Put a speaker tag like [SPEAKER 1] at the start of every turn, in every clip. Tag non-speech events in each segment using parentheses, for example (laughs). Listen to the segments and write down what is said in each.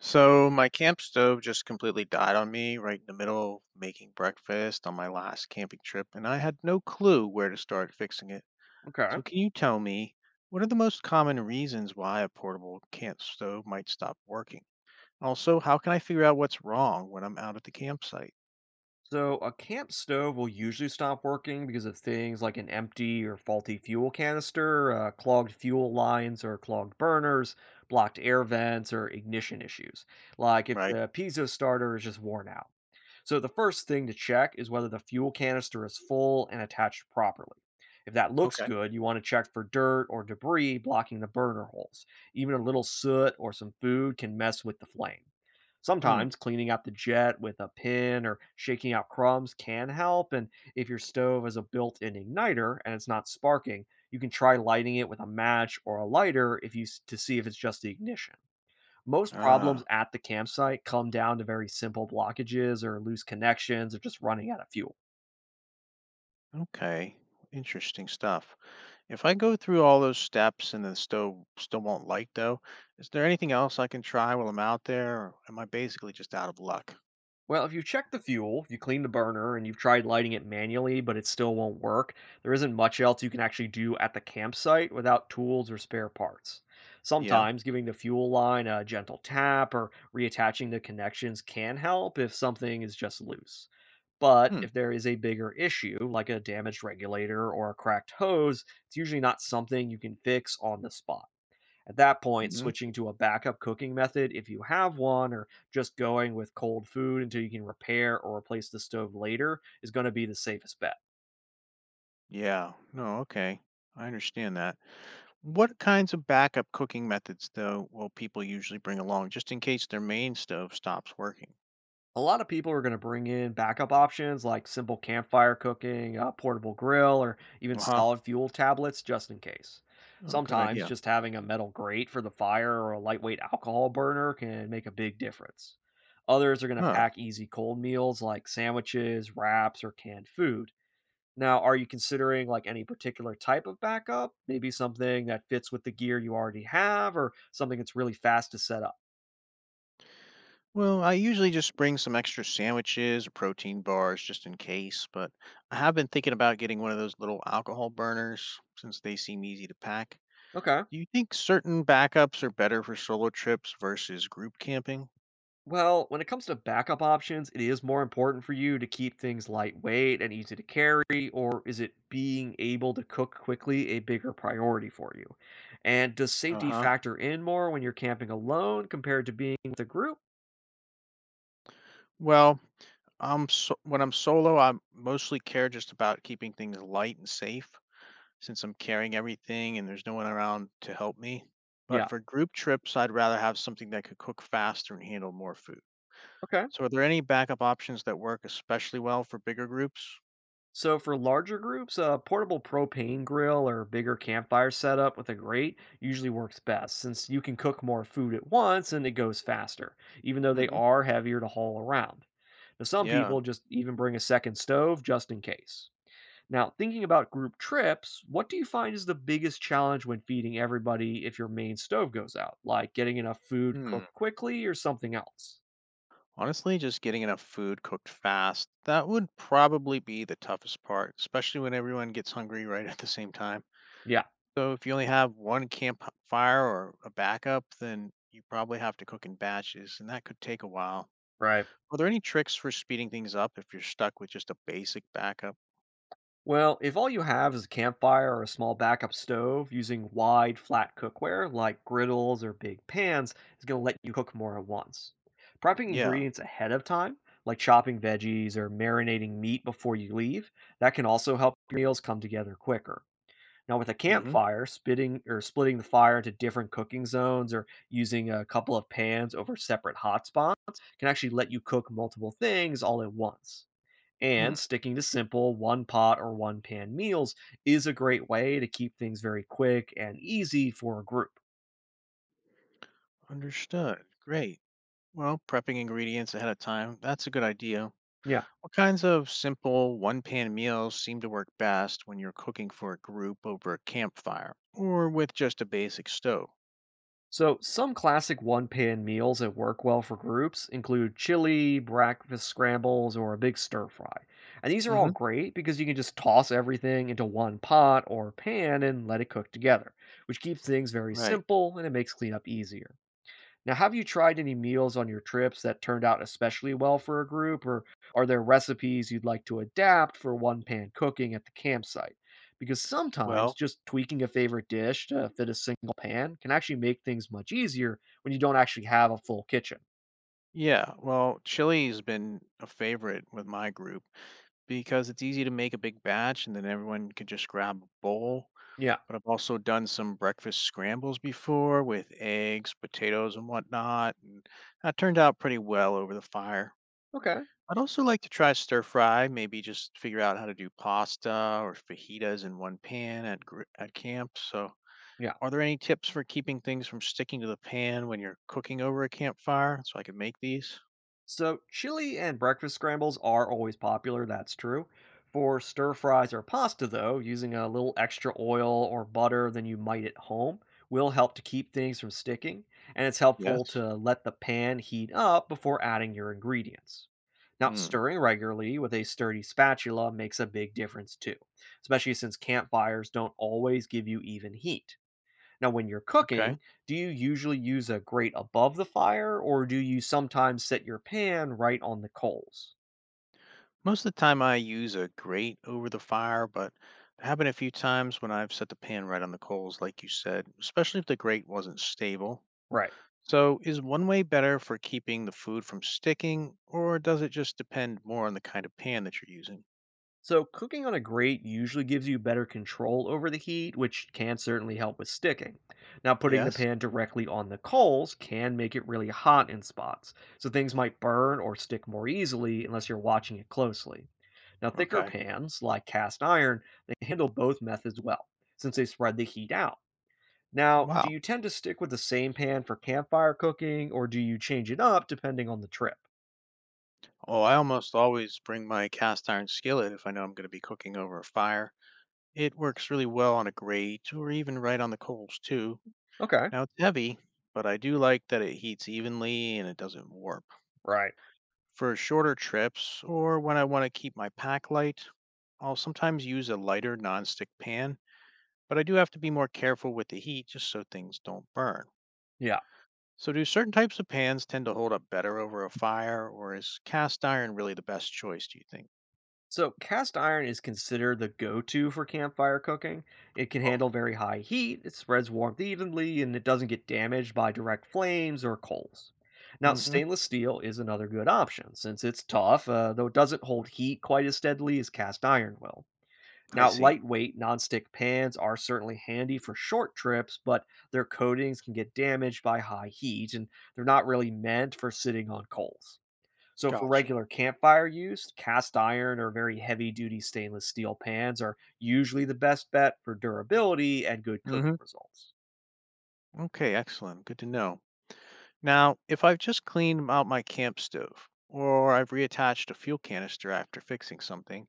[SPEAKER 1] So my camp stove just completely died on me right in the middle of making breakfast on my last camping trip, and I had no clue where to start fixing it.
[SPEAKER 2] Okay.
[SPEAKER 1] So can you tell me what are the most common reasons why a portable camp stove might stop working? Also, how can I figure out what's wrong when I'm out at the campsite?
[SPEAKER 2] So a camp stove will usually stop working because of things like an empty or faulty fuel canister, clogged fuel lines or clogged burners, blocked air vents, or ignition issues. Like if
[SPEAKER 1] Right.
[SPEAKER 2] the piezo starter is just worn out. So the first thing to check is whether the fuel canister is full and attached properly. If that looks
[SPEAKER 1] Okay.
[SPEAKER 2] good, you want to check for dirt or debris blocking the burner holes. Even a little soot or some food can mess with the flame.
[SPEAKER 1] Hmm.
[SPEAKER 2] Sometimes cleaning out the jet with a pin or shaking out crumbs can help. And if your stove has a built in igniter and it's not sparking, you can try lighting it with a match or a lighter if you s- to see if it's just the ignition. Most problems
[SPEAKER 1] Ah,
[SPEAKER 2] at the campsite come down to very simple blockages or loose connections or just running out of fuel.
[SPEAKER 1] okay. Interesting stuff. If I go through all those steps and the stove still won't light though, is there anything else I can try while I'm out there, or am I basically just out of luck?
[SPEAKER 2] Well, if you check the fuel, you clean the burner, and you've tried lighting it manually, but it still won't work, there isn't much else you can actually do at the campsite without tools or spare parts.
[SPEAKER 1] Yeah.
[SPEAKER 2] Sometimes giving the fuel line a gentle tap or reattaching the connections can help if something is just loose. But
[SPEAKER 1] Hmm.
[SPEAKER 2] if there is a bigger issue, like a damaged regulator or a cracked hose, it's usually not something you can fix on the spot. At that point,
[SPEAKER 1] Hmm.
[SPEAKER 2] switching to a backup cooking method if you have one, or just going with cold food until you can repair or replace the stove later, is going to be the safest bet.
[SPEAKER 1] Yeah. No. Okay. I understand that. What kinds of backup cooking methods though will people usually bring along just in case their main stove stops working?
[SPEAKER 2] A lot of people are going to bring in backup options like simple campfire cooking, a portable grill, or even
[SPEAKER 1] Uh huh.
[SPEAKER 2] solid fuel tablets just in case.
[SPEAKER 1] Oh, good
[SPEAKER 2] Sometimes
[SPEAKER 1] idea.
[SPEAKER 2] just having a metal grate for the fire or a lightweight alcohol burner can make a big difference. Others are going to
[SPEAKER 1] Huh.
[SPEAKER 2] pack easy cold meals like sandwiches, wraps, or canned food. Now, are you considering like any particular type of backup? Maybe something that fits with the gear you already have or something that's really fast to set up?
[SPEAKER 1] Well, I usually just bring some extra sandwiches or protein bars just in case, but I have been thinking about getting one of those little alcohol burners since they seem easy to pack.
[SPEAKER 2] Okay.
[SPEAKER 1] Do you think certain backups are better for solo trips versus group camping?
[SPEAKER 2] Well, when it comes to backup options, it is more important for you to keep things lightweight and easy to carry, or is it being able to cook quickly a bigger priority for you? And does safety
[SPEAKER 1] Uh-huh.
[SPEAKER 2] factor in more when you're camping alone compared to being with a group?
[SPEAKER 1] Well, I'm so when I'm solo, I mostly care just about keeping things light and safe since I'm carrying everything and there's no one around to help me. But
[SPEAKER 2] Yeah.
[SPEAKER 1] for group trips, I'd rather have something that could cook faster and handle more food.
[SPEAKER 2] Okay.
[SPEAKER 1] So are there any backup options that work especially well for bigger groups?
[SPEAKER 2] So for larger groups, a portable propane grill or bigger campfire setup with a grate usually works best since you can cook more food at once and it goes faster, even though
[SPEAKER 1] Hmm.
[SPEAKER 2] they
[SPEAKER 1] Hmm.
[SPEAKER 2] are heavier to haul around. Now some
[SPEAKER 1] Yeah.
[SPEAKER 2] people just even bring a second stove just in case. Now, thinking about group trips, what do you find is the biggest challenge when feeding everybody if your main stove goes out? Like getting enough food
[SPEAKER 1] Hmm.
[SPEAKER 2] cooked quickly or something else?
[SPEAKER 1] Honestly, just getting enough food cooked fast, that would probably be the toughest part, especially when everyone gets hungry right (laughs) at the same time.
[SPEAKER 2] Yeah,
[SPEAKER 1] So if you only have one campfire or a backup, then you probably have to cook in batches, and that could take a while.
[SPEAKER 2] right.
[SPEAKER 1] Are there any tricks for speeding things up if you're stuck with just a basic backup?
[SPEAKER 2] Well, if all you have is a campfire or a small backup stove, using wide, flat cookware like griddles or big pans is going to let you cook more at once. Prepping
[SPEAKER 1] Yeah.
[SPEAKER 2] ingredients ahead of time, like chopping veggies or marinating meat before you leave, that can also help your meals come together quicker. Now, with a
[SPEAKER 1] Mm-hmm.
[SPEAKER 2] campfire, spitting or splitting the fire into different cooking zones or using a couple of pans over separate hot spots can actually let you cook multiple things all at once. And
[SPEAKER 1] Hmm.
[SPEAKER 2] sticking to simple one pot or one pan meals is a great way to keep things very quick and easy for a group.
[SPEAKER 1] Understood. Great. Well, prepping ingredients ahead of time, that's a good idea.
[SPEAKER 2] Yeah.
[SPEAKER 1] What kinds of simple one pan meals seem to work best when you're cooking for a group over a campfire or with just a basic stove?
[SPEAKER 2] So, some classic one pan meals that work well for groups include chili, breakfast scrambles, or a big stir fry. And these are all
[SPEAKER 1] Hmm.
[SPEAKER 2] great because you can just toss everything into one pot or pan and let it cook together, which keeps things very
[SPEAKER 1] Right.
[SPEAKER 2] simple and it makes cleanup easier. Now, have you tried any meals on your trips that turned out especially well for a group, or are there recipes you'd like to adapt for one pan cooking at the campsite? Because sometimes
[SPEAKER 1] Well,
[SPEAKER 2] just tweaking a favorite dish to fit a single pan can actually make things much easier when you don't actually have a full kitchen.
[SPEAKER 1] yeah. Well, chili's been a favorite with my group because it's easy to make a big batch and then everyone can just grab a bowl.
[SPEAKER 2] Yeah.
[SPEAKER 1] But I've also done some breakfast scrambles before with eggs, potatoes, and whatnot. And that turned out pretty well over the fire.
[SPEAKER 2] Okay.
[SPEAKER 1] I'd also like to try stir fry, maybe just figure out how to do pasta or fajitas in one pan at at camp. So,
[SPEAKER 2] Yeah.
[SPEAKER 1] are there any tips for keeping things from sticking to the pan when you're cooking over a campfire so I can make these?
[SPEAKER 2] So, chili and breakfast scrambles are always popular, that's true. For stir fries or pasta, though, using a little extra oil or butter than you might at home will help to keep things from sticking, and it's
[SPEAKER 1] Yes.
[SPEAKER 2] helpful to let the pan heat up before adding your ingredients. Now,
[SPEAKER 1] Hmm.
[SPEAKER 2] stirring regularly with a sturdy spatula makes a big difference too, especially since campfires don't always give you even heat. Now, when you're
[SPEAKER 1] Okay.
[SPEAKER 2] cooking, do you usually use a grate above the fire or do you sometimes set your pan right on the coals?
[SPEAKER 1] Most of the time I use a grate over the fire, but it happened a few times when I've set the pan right on the coals, like you said, especially if the grate wasn't stable.
[SPEAKER 2] Right.
[SPEAKER 1] So, is one way better for keeping the food from sticking, or does it just depend more on the kind of pan that you're using?
[SPEAKER 2] So, cooking on a grate usually gives you better control over the heat, which can certainly help with sticking. Now, putting the
[SPEAKER 1] Yes.
[SPEAKER 2] pan directly on the coals can make it really hot in spots, so things might burn or stick more easily unless you're watching it closely. Now, thicker
[SPEAKER 1] Okay.
[SPEAKER 2] pans, like cast iron, they handle both methods well, since they spread the heat out. Now, do
[SPEAKER 1] Wow.
[SPEAKER 2] you tend to stick with the same pan for campfire cooking or do you change it up depending on the trip?
[SPEAKER 1] Oh, I almost always bring my cast iron skillet if I know I'm going to be cooking over a fire. It works really well on a grate or even right on the coals, too.
[SPEAKER 2] Okay.
[SPEAKER 1] Now, it's heavy, but I do like that it heats evenly and it doesn't warp.
[SPEAKER 2] Right.
[SPEAKER 1] For shorter trips or when I want to keep my pack light, I'll sometimes use a lighter nonstick pan but I do have to be more careful with the heat just so things don't burn.
[SPEAKER 2] Yeah.
[SPEAKER 1] So, do certain types of pans tend to hold up better over a fire, or is cast iron really the best choice, do you think?
[SPEAKER 2] So, cast iron is considered the go to for campfire cooking. It can
[SPEAKER 1] Oh,
[SPEAKER 2] handle very high heat, it spreads warmth evenly, and it doesn't get damaged by direct flames or coals. Now,
[SPEAKER 1] mm-hmm.
[SPEAKER 2] stainless steel is another good option since it's tough, though it doesn't hold heat quite as steadily as cast iron will.
[SPEAKER 1] I
[SPEAKER 2] Now,
[SPEAKER 1] see.
[SPEAKER 2] lightweight nonstick pans are certainly handy for short trips, but their coatings can get damaged by high heat and they're not really meant for sitting on coals. So, for
[SPEAKER 1] Gotcha.
[SPEAKER 2] regular campfire use, cast iron or very heavy duty stainless steel pans are usually the best bet for durability and good cooking
[SPEAKER 1] Mm-hmm.
[SPEAKER 2] results.
[SPEAKER 1] Okay, excellent. Good to know. Now, if I've just cleaned out my camp stove, or I've reattached a fuel canister after fixing something,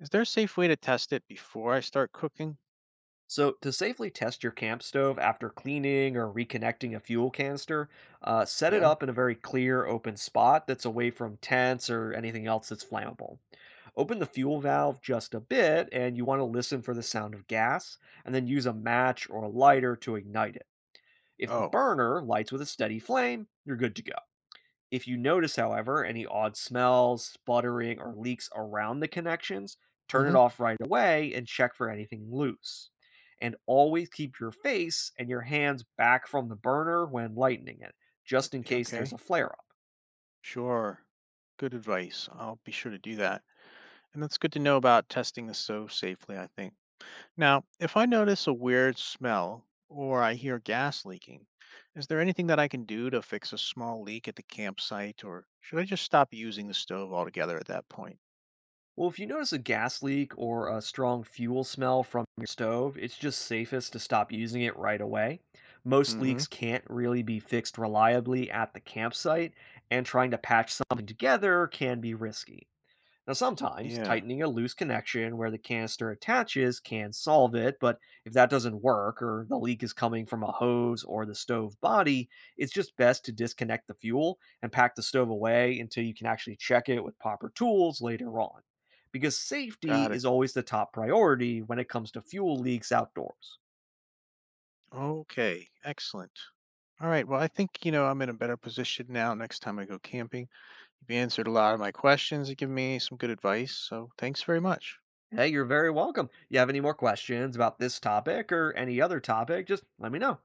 [SPEAKER 1] is there a safe way to test it before I start cooking?
[SPEAKER 2] So, to safely test your camp stove after cleaning or reconnecting a fuel canister, set it
[SPEAKER 1] Yeah.
[SPEAKER 2] up in a very clear, open spot that's away from tents or anything else that's flammable. Open the fuel valve just a bit, and you want to listen for the sound of gas, and then use a match or a lighter to ignite it. If the
[SPEAKER 1] Oh,
[SPEAKER 2] burner lights with a steady flame, you're good to go. If you notice, however, any odd smells, sputtering, or leaks around the connections, turn it
[SPEAKER 1] hmm,
[SPEAKER 2] off right away and check for anything loose. And always keep your face and your hands back from the burner when lighting it, just in case there's a
[SPEAKER 1] okay.
[SPEAKER 2] flare up.
[SPEAKER 1] Sure. Good advice. I'll be sure to do that. And that's good to know about testing the stove safely, I think. Now, if I notice a weird smell or I hear gas leaking, is there anything that I can do to fix a small leak at the campsite, or should I just stop using the stove altogether at that point?
[SPEAKER 2] Well, if you notice a gas leak or a strong fuel smell from your stove, it's just safest to stop using it right away. Most
[SPEAKER 1] Mm-hmm.
[SPEAKER 2] leaks can't really be fixed reliably at the campsite, and trying to patch something together can be risky. Now, sometimes
[SPEAKER 1] Yeah,
[SPEAKER 2] tightening a loose connection where the canister attaches can solve it, but if that doesn't work or the leak is coming from a hose or the stove body, it's just best to disconnect the fuel and pack the stove away until you can actually check it with proper tools later on. Because safety
[SPEAKER 1] got it.
[SPEAKER 2] is always the top priority when it comes to fuel leaks outdoors.
[SPEAKER 1] Okay, excellent. All right, well, I think, I'm in a better position now next time I go camping. You've answered a lot of my questions and given me some good advice, so thanks very much.
[SPEAKER 2] Hey, you're very welcome. You have any more questions about this topic or any other topic, just let me know.